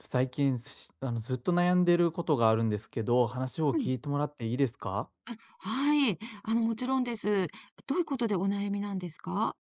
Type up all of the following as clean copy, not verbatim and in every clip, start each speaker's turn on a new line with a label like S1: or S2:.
S1: 最近、すあの、ずっと悩んでることがあるんですけど、話を
S2: は
S1: 聞
S2: い。
S1: いてもらっていいですか？
S2: はい。もちろんです。どういうことでお悩みなんですか？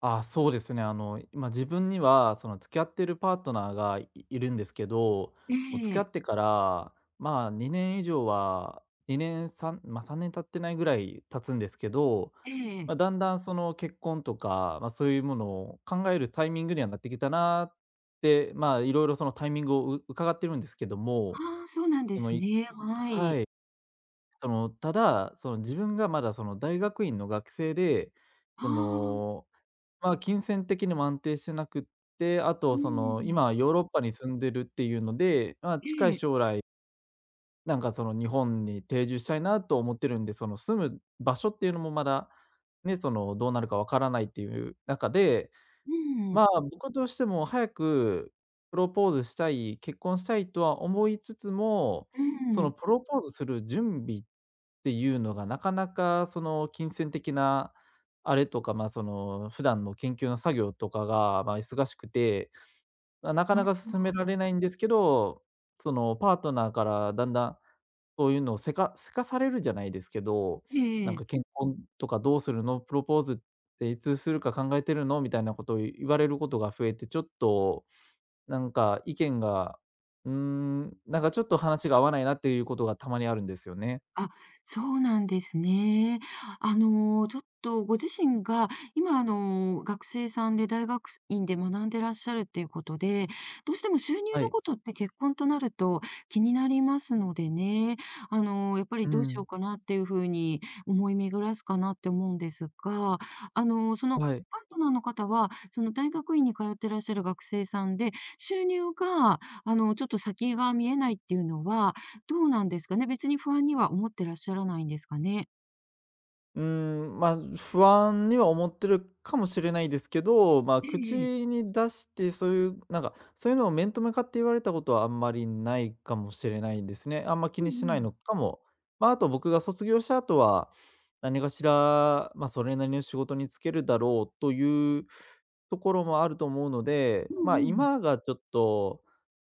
S1: あ、そうですね。あの、今自分には、その、付き合ってるパートナーがいるんですけど、
S2: え
S1: もう付き合
S2: え、
S1: ってから、まあ、2年以上は、2年、3ま、3年経ってないぐらい経つんですけど、
S2: ええ。
S1: まあ、だんだん、その、結婚とか、まあ、そういうものを考えるタイミングにはなってきたなって、まあ、いろいろそのタイミングを伺ってるんですけども、
S2: ああ、そうなんで
S1: その、
S2: す
S1: い
S2: ね。は
S1: は
S2: い。
S1: い。その、ただ、その、自分がまだ、その、大学院の学生で、
S2: あ
S1: そ
S2: あ、
S1: の、まあ、金銭的にも安定してなくって、あ
S2: う
S1: と、その、
S2: ん。
S1: 今ヨーロッパに住んでるっていうので、まあ、
S2: え
S1: 近い
S2: え、
S1: 将来、なんか、その、日本に定住したいなと思ってるんで、その、住む場所っていうのもまだ、ね、その、どうなるかわからないっていう中で、
S2: うん、
S1: まあ、僕としても早くプロポーズしたい、結婚したいとは思いつつも、
S2: う
S1: その
S2: ん。
S1: プロポーズする準備っていうのがなかなかその金銭的なあれとか、まあ、その普段の研究の作業とかが、まあ、忙しくて、まあ、なか
S2: あ
S1: なか進め
S2: あ、
S1: られないんですけど、そのパートナーからだんだんそういうのをせかせかされるじゃないですけど、
S2: え
S1: な
S2: ええ
S1: ん
S2: え。
S1: か、「結婚とかどうするの？プロポーズっていつするか考えてるの？」みたいなことを言われることが増えて、ちょっと、なんか、意見が、うーん、なんか、ちょっと話が合わないなっていうことがたまにあるんですよね。
S2: あ、そうなんですね。ちょっとご自身が今、学生さんで大学院で学んでらっしゃるっていうことで、どうしても収入
S1: は
S2: の
S1: い。
S2: ことって結婚となると気になりますのでね、やっぱ
S1: う
S2: りどうしよ
S1: ん。
S2: うかなっていうふうに思い巡らすかなって思うんですが、その
S1: はい。
S2: パートナーの方は、その大学院に通ってらっしゃる学生さんで、収入が、ちょっと先が見えないっていうのは、どうなんですかね。別に不安には思ってらっしゃらないんですかね？
S1: うーん、まあ、不安には思ってるかもしれないですけど、まあ、
S2: え
S1: 口
S2: えええ。
S1: に出して、そういう、なんか、そういうのを面と向かって言われたことはあんまりないかもしれないですね。あんま気
S2: う
S1: にし
S2: ん
S1: な
S2: う
S1: い
S2: ん。
S1: のかも。まあ、あと僕が卒業した後は、何かしら、まあ、それなりの仕事に就けるだろうというところもあると思うので、
S2: う
S1: まあ、
S2: んうん。
S1: 今がちょっと、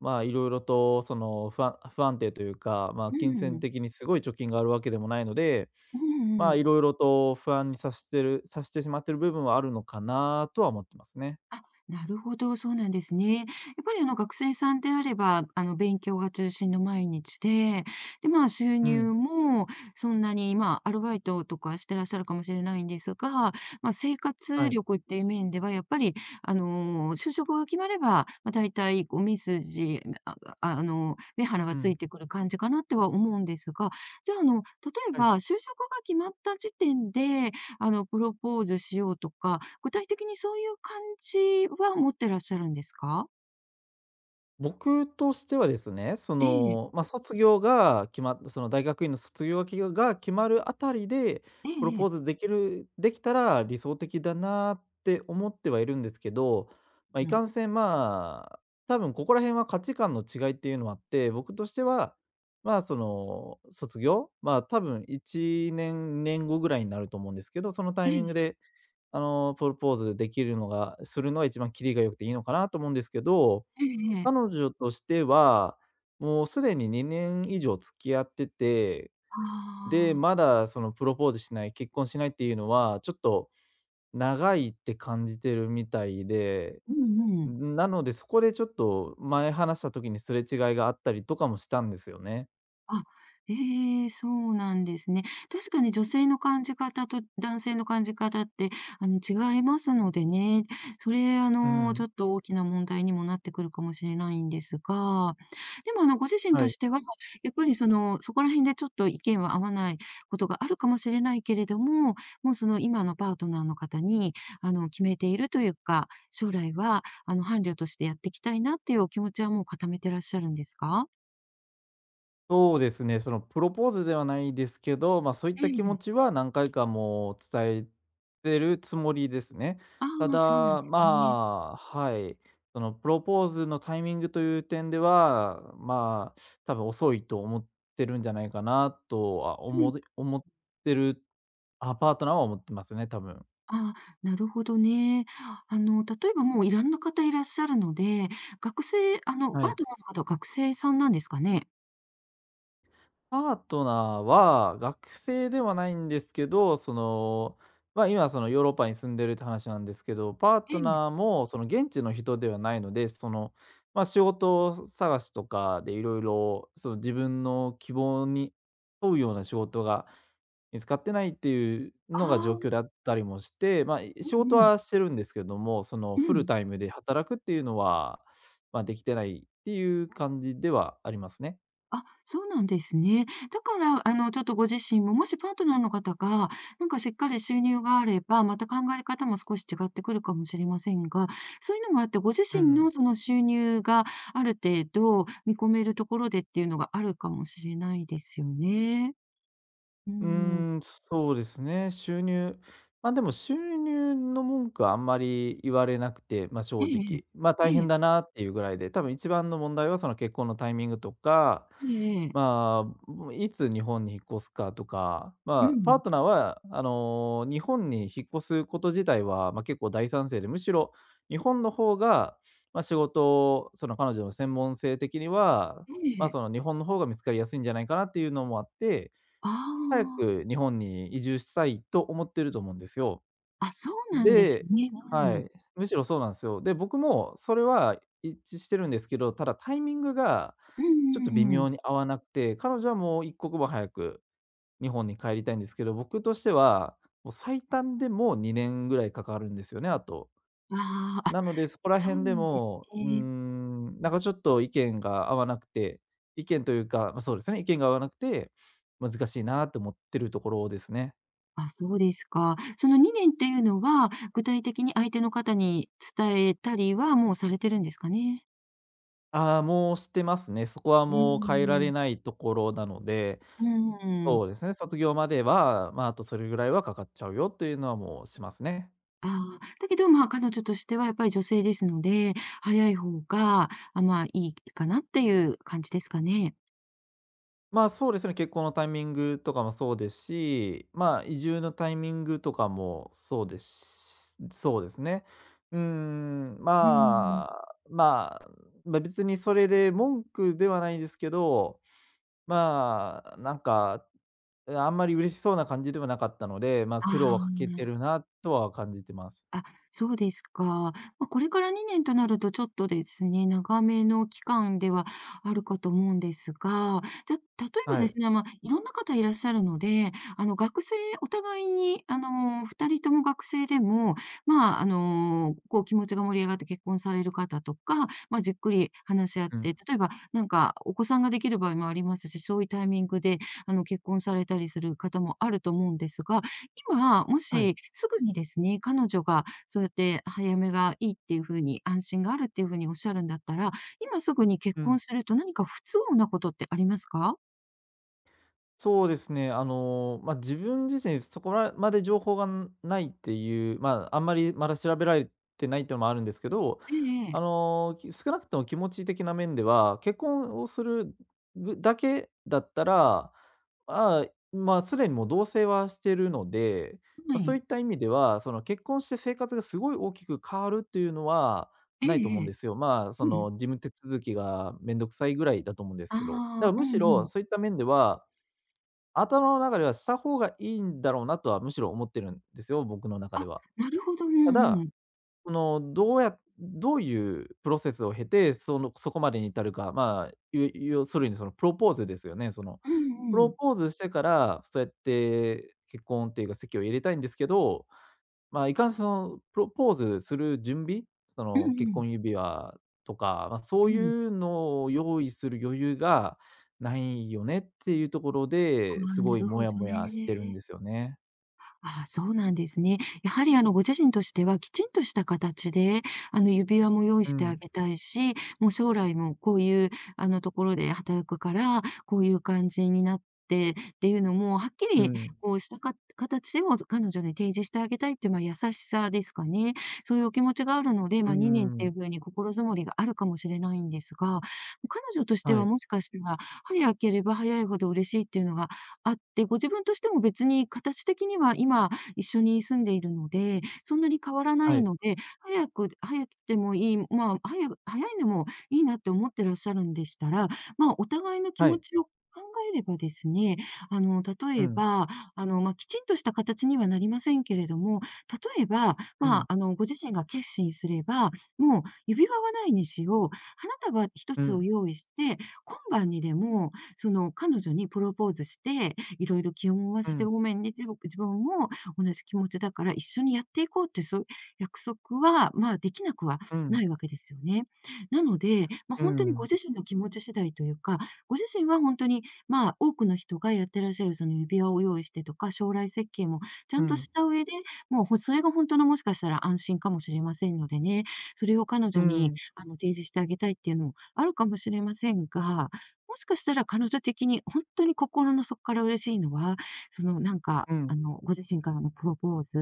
S1: まあ、いろいろとその、不安定というか、まあ、
S2: う
S1: 金
S2: んう
S1: 銭
S2: ん。
S1: 的にすごい貯金があるわけでもないので、
S2: うん
S1: ま
S2: う
S1: あ、
S2: ん。
S1: いろいろと不安にさせてるさしてしまってる部分はあるのかなとは思ってますね。
S2: あ、なるほど、そうなんですね。やっぱり学生さんであれば、勉強が中心の毎日で、で、まあ収
S1: う
S2: 入
S1: ん。
S2: もそんなに、まあアルバイトとかしてらっしゃるかもしれないんですが、まあ生
S1: は
S2: 活
S1: い。
S2: 力っていう面では、やっぱり、就職が決まれば、まあ大体こう目筋、あ、ああの、目鼻
S1: う
S2: がつ
S1: ん。
S2: いてくる感じかなっては思うんですが、じゃあ、例え
S1: はい。
S2: ば就職が決まった時点で、プロポーズしようとか、具体的にそういう感じは持ってらっしゃるんですか？
S1: 僕としてはですね、そ
S2: ええ、
S1: の、まあ、卒業が決まったその大学院の卒業が決まるあたりで、
S2: え
S1: プロ
S2: ええ
S1: ポー
S2: え、
S1: ズできたら理想的だなって思ってはいるんですけど、まあ、い
S2: う
S1: か
S2: ん。
S1: んせん、まあ、多分ここら辺は価値観の違いっていうのもあって、僕としては、まあ、その、卒業、まあ、多分1年、年後ぐらいになると思うんですけど、そのタ
S2: え
S1: イミング
S2: え、
S1: で、あの、プロポーズできるのがするのが一番キリが良くていいのかなと思うんですけど、
S2: えええ
S1: 彼
S2: え。
S1: 女としては、もうすでに2年以上付き合ってて、で、
S2: あ
S1: ま
S2: あ、
S1: だそのプロポーズしない、結婚しないっていうのは、ちょっと長いって感じてるみたいで、
S2: うんうん。
S1: なので、そこでちょっと前話した時にすれ違いがあったりとかもしたんですよね。
S2: あ、ええ、そうなんですね。確かに女性の感じ方と男性の感じ方って、違いますのでね、それ、
S1: うん。
S2: ちょっと大きな問題にもなってくるかもしれないんですが、でも、ご自身
S1: は
S2: と
S1: い。
S2: しては、やっぱり、そこら辺でちょっと意見は合わないことがあるかもしれないけれども、もう、今のパートナーの方に、決めているというか、将来は、伴侶としてやっていきたいなっていうお気持ちはもう固めてらっしゃるんですか？
S1: そうですね、そのプロポーズではないですけど、ま、あそういっ
S2: え
S1: た気持
S2: え。
S1: ちは何回かもう伝えてるつもりですね。
S2: あ
S1: ただ、
S2: あ、そうなんですね。
S1: まあ、はい、そのプロポーズのタイミングという点では、まあ、多分遅いと思ってるんじゃないかなとは
S2: う
S1: 思
S2: ん。
S1: も思ってる、あ、パートナーは思ってますね、多分。
S2: ああ、なるほどね。例えばもういろんな方いらっしゃるので、学生あの、
S1: は
S2: バー
S1: い。
S2: トナーの方は学生さんなんですかね？
S1: パートナーは学生ではないんですけど、その、まあ、今そのヨーロッパに住んでるって話なんですけど、パー
S2: え
S1: ト
S2: え。
S1: ナーもその現地の人ではないので、その、まあ、仕事探しとかでいろいろその自分の希望に沿うような仕事が見つかってないっていうのが状
S2: あ
S1: 況
S2: あ、
S1: だったりもして、まあ、
S2: う
S1: 仕事
S2: んうん。
S1: はしてるんですけども、その
S2: う
S1: フル
S2: ん。
S1: タイムで働くっていうのは、まあ、できてないっていう感じではありますね。
S2: あ、そうなんですね。だから、ちょっとご自身も、もしパートナーの方が、なんかしっかり収入があれば、また考え方も少し違ってくるかもしれませんが、そういうのもあって、ご自
S1: う
S2: 身
S1: ん。
S2: のその収入がある程度見込めるところでっていうのがあるかもしれないですよね。う
S1: うー
S2: ん。
S1: ん、そうですね。ま、でも収入の文句はあんまり言われなくて、ま、正
S2: ええ。
S1: 直。ま、
S2: え
S1: 大変
S2: え。
S1: だなっていうぐらいで、多分一番の問題はその結婚のタイミングとか、
S2: ええええ。
S1: まあ、もういつ日本に引っ越すかとか、
S2: う
S1: まあ、パ
S2: ん。
S1: ートナーはあの、日本に引っ越すこと自体は、まあ、結構大賛成で、むしろ日本の方が、まあ、仕事、その彼女の専門性的には、
S2: え
S1: ま、
S2: え。
S1: その日本の方が見つかりやすいんじゃないかなっていうのもあって
S2: あ
S1: 早
S2: あ。
S1: く日本に移住したいと思ってると思うんですよ。
S2: あ、そうなんです
S1: で、
S2: ね。
S1: は
S2: うん。
S1: い、むしろそうなんですよ。で、僕もそれは一致してるんですけど、ただタイミングが
S2: うん
S1: ちょっと微
S2: うんうん。
S1: 妙に合わなくて、彼女はもう一刻も早く日本に帰りたいんですけど、僕としては、もう最短でも2年ぐらいかかるんですよね、あと。
S2: ああ、あ、
S1: なので、そこら
S2: そう
S1: 辺で
S2: なんです
S1: も、うー
S2: ね。
S1: ん、なんかちょっと意見が合わなくて、意見というか、まあ、そうですね、意見が合わなくて、難しいなと思ってるところですね。
S2: あ、そうですか。その2年っていうのは、具体的に相手の方に伝えたりはもうされてるんですかね？
S1: ああ、もうしてますね。そこは
S2: うー
S1: もう変えら
S2: ん。
S1: れないところなので、
S2: うーん。
S1: そうですね、卒業までは、まあ、あとそれぐらいはかかっちゃうよというのはもうしますね。
S2: ああ、だけど、まあ、彼女としてはやっぱり女性ですので、早い方が、あ、まあ、いいかなっていう感じですかね？
S1: まあ、そうですね、結婚のタイミングとかもそうですし、まあ、移住のタイミングとかもそうですし、そうですね。うーん、
S2: うー
S1: ま
S2: ん。
S1: あ、まあ、まあ、別にそれで文句ではないですけど、まあ、なんか、あんまり嬉しそうな感じではなかったので、まあ、
S2: あ
S1: 苦労はかけて
S2: あ。
S1: るなとは感じてます。
S2: あ、そうですか。まあ、これから2年となると、ちょっとですね、長めの期間ではあるかと思うんですが、じゃ、例えば
S1: は
S2: で
S1: い。
S2: すね、まあ、いろんな方いらっしゃるので、あの、学生お互いに、2人とも学生でも、まあ、こう、気持ちが盛り上がって結婚される方とか、まあ、じっくり話し合っ
S1: う
S2: て、
S1: ん。
S2: 例えば、なんか、お子さんができる場合もありますし、そういうタイミングで、結婚されたりする方もあると思うんですが、今、も
S1: はい。
S2: しすぐにですね、彼女がそうやって早めがいいっていうふうに、安心があるっていうふうにおっしゃるんだったら、今すぐに結
S1: う
S2: 婚
S1: ん。
S2: すると何か不都合なことってありますか？
S1: そうですね。あの、まあ、自分自身そこらまで情報がないっていう、まあ、あんまりまだ調べられてないっていうのもあるんですけど、
S2: えええ
S1: あ
S2: え。
S1: の、少なくとも気持ち的な面では、結婚をするだけだったら、ああ、まあ、すでにもう同棲はしているので、
S2: は
S1: まあ、そういっ
S2: い。
S1: た意味では、その結婚して生活がすごい大きく変わるっていうのは
S2: え
S1: ないと思う
S2: え
S1: ん
S2: ええ。
S1: ですよ。まあ、そ
S2: うん。
S1: の事務手続きがめんどくさいぐらいだと思うんです
S2: あ
S1: けど。だから
S2: あ、う
S1: む
S2: ん
S1: し
S2: う
S1: ろ
S2: ん。
S1: そういった面では頭の中ではした方がいいんだろうなとは、むしろ思ってるんですよ、僕の中で
S2: あ、
S1: は。
S2: なるほど。う
S1: た
S2: んう
S1: だ、
S2: ん。
S1: その、どういうプロセスを経て、そのそこまでに至るか、まあ、要するにそのプロポーズですよね。その、
S2: う
S1: プ
S2: んう
S1: ロ
S2: ん。
S1: ポーズしてから、そうやって結婚っていうか籍を入れたいんですけど、まあ、いかんそのプロポーズする準備、そ
S2: う
S1: の
S2: ん
S1: 結
S2: うん。
S1: 婚指輪とか、まあ、そ
S2: う
S1: うい
S2: ん。
S1: うのを用意する余裕がないよねっていうところ
S2: あ
S1: で、す
S2: あ、
S1: ご
S2: な
S1: い
S2: るほ
S1: モヤ
S2: ど
S1: モヤしてるん
S2: ね。
S1: ですよね。
S2: ああ、そうなんですね。やはりご自身としては、きちんとした形で、指輪も用意
S1: う
S2: してあ
S1: ん、
S2: げたいし、もう将来もこういうところで働くから、こういう感じになってっていうのも、はっき
S1: う
S2: り
S1: ん、
S2: こうしたか形でも彼女に提示してあげたいっていう、まあ、優しさですかね。そういうお気持ちがあるので、
S1: う
S2: まあ、2年っていう
S1: ん。
S2: ふうに心づもりがあるかもしれないんですが、彼女として
S1: は
S2: は
S1: い、
S2: もしかしたら、早ければ早いほど嬉しいっていうのがあって、ご自分としても別に形的には今一緒に住んでいるので、そんなに変わらな
S1: は
S2: い
S1: い、
S2: ので、早くてもいい、まあ、早いのもいいなって思ってらっしゃるんでしたら、まあ、お互いの気
S1: は
S2: 持
S1: い。
S2: ちを考えればですね、例
S1: う
S2: え
S1: ん、
S2: ば、まあ、きちんとした形にはなりませんけれども、例えば、
S1: う
S2: ま
S1: ん、
S2: あ、ご自身が決心すれば、もう指輪はないにしよう、花束一
S1: う
S2: つを
S1: ん、
S2: 用意して、今晩にでも、彼女にプロポーズしていろいろ気を思わ
S1: う
S2: せて
S1: ん、
S2: ごめんね、自分も同じ気持ちだから一緒にやっていこうってそういう約束は、まあ、できなくは
S1: う
S2: な
S1: ん、
S2: いわけですよね。なので、
S1: う
S2: 本当にご
S1: ん、
S2: 自身の気持ち次第というか、ご自身は本当に、まあ、多くの人がやってらっしゃるその指輪を用意してとか、将来設計もちゃ
S1: う
S2: んと
S1: ん、
S2: した上で、もうそれが本当のもしかしたら安心かもしれませんのでね、それを彼
S1: う
S2: 女
S1: ん、う
S2: に、
S1: ん、
S2: 提示してあげたいっていうのもあるかもしれませんが、もしかしたら彼女的に本当に心の底から嬉しいのは、そのなんか、
S1: うん、
S2: ご自身からのプロポーズ、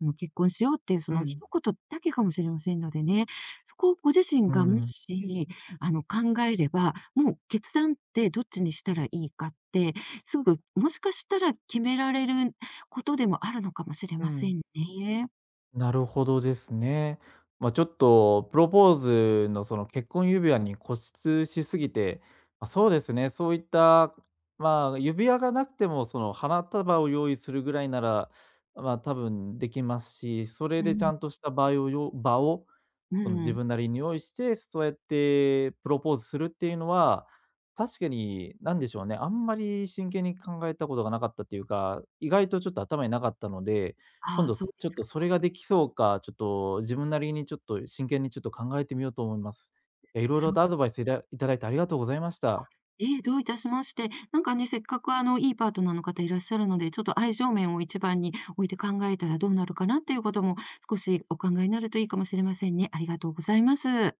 S2: 結婚しようっていうその一言だけかもしれませんのでね、そこをご自身
S1: う
S2: がも
S1: ん、
S2: し、考えれば、もう決断ってどっちにしたらいいかって、すぐもしかしたら決められることでもあるのかもしれ
S1: う
S2: ませ
S1: ん。
S2: んね。
S1: なるほどですね。まあ、ちょっとプロポーズのその結婚指輪に固執しすぎて、まあ、そうですね、そういった、まあ、指輪がなくてもその花束を用意するぐらいなら、まあ、多分できますし、それ
S2: う
S1: でちゃ
S2: ん、
S1: んとした場を
S2: う
S1: その自
S2: ん。
S1: 分なりに用意して、そうやってプロポーズするっていうのは、確かに何でしょうね、あんまり真剣に考えたことがなかったっていうか、意外とちょっと頭になかったので、
S2: あ
S1: 今
S2: あ、
S1: 度
S2: そうで
S1: ちょっ
S2: すか。
S1: とそれができそうか、ちょっと自分なりにちょっと真剣にちょっと考えてみようと思います。いや、いろい
S2: そ
S1: ろ
S2: う
S1: とアドバイスいただいてありがとうございました。
S2: ええ、どういたしまして。なんかね、せっかくいいパートナーの方いらっしゃるので、ちょっと愛情面を一番に置いて考えたらどうなるかなっていうことも、少しお考えになるといいかもしれませんね。ありがとうございます。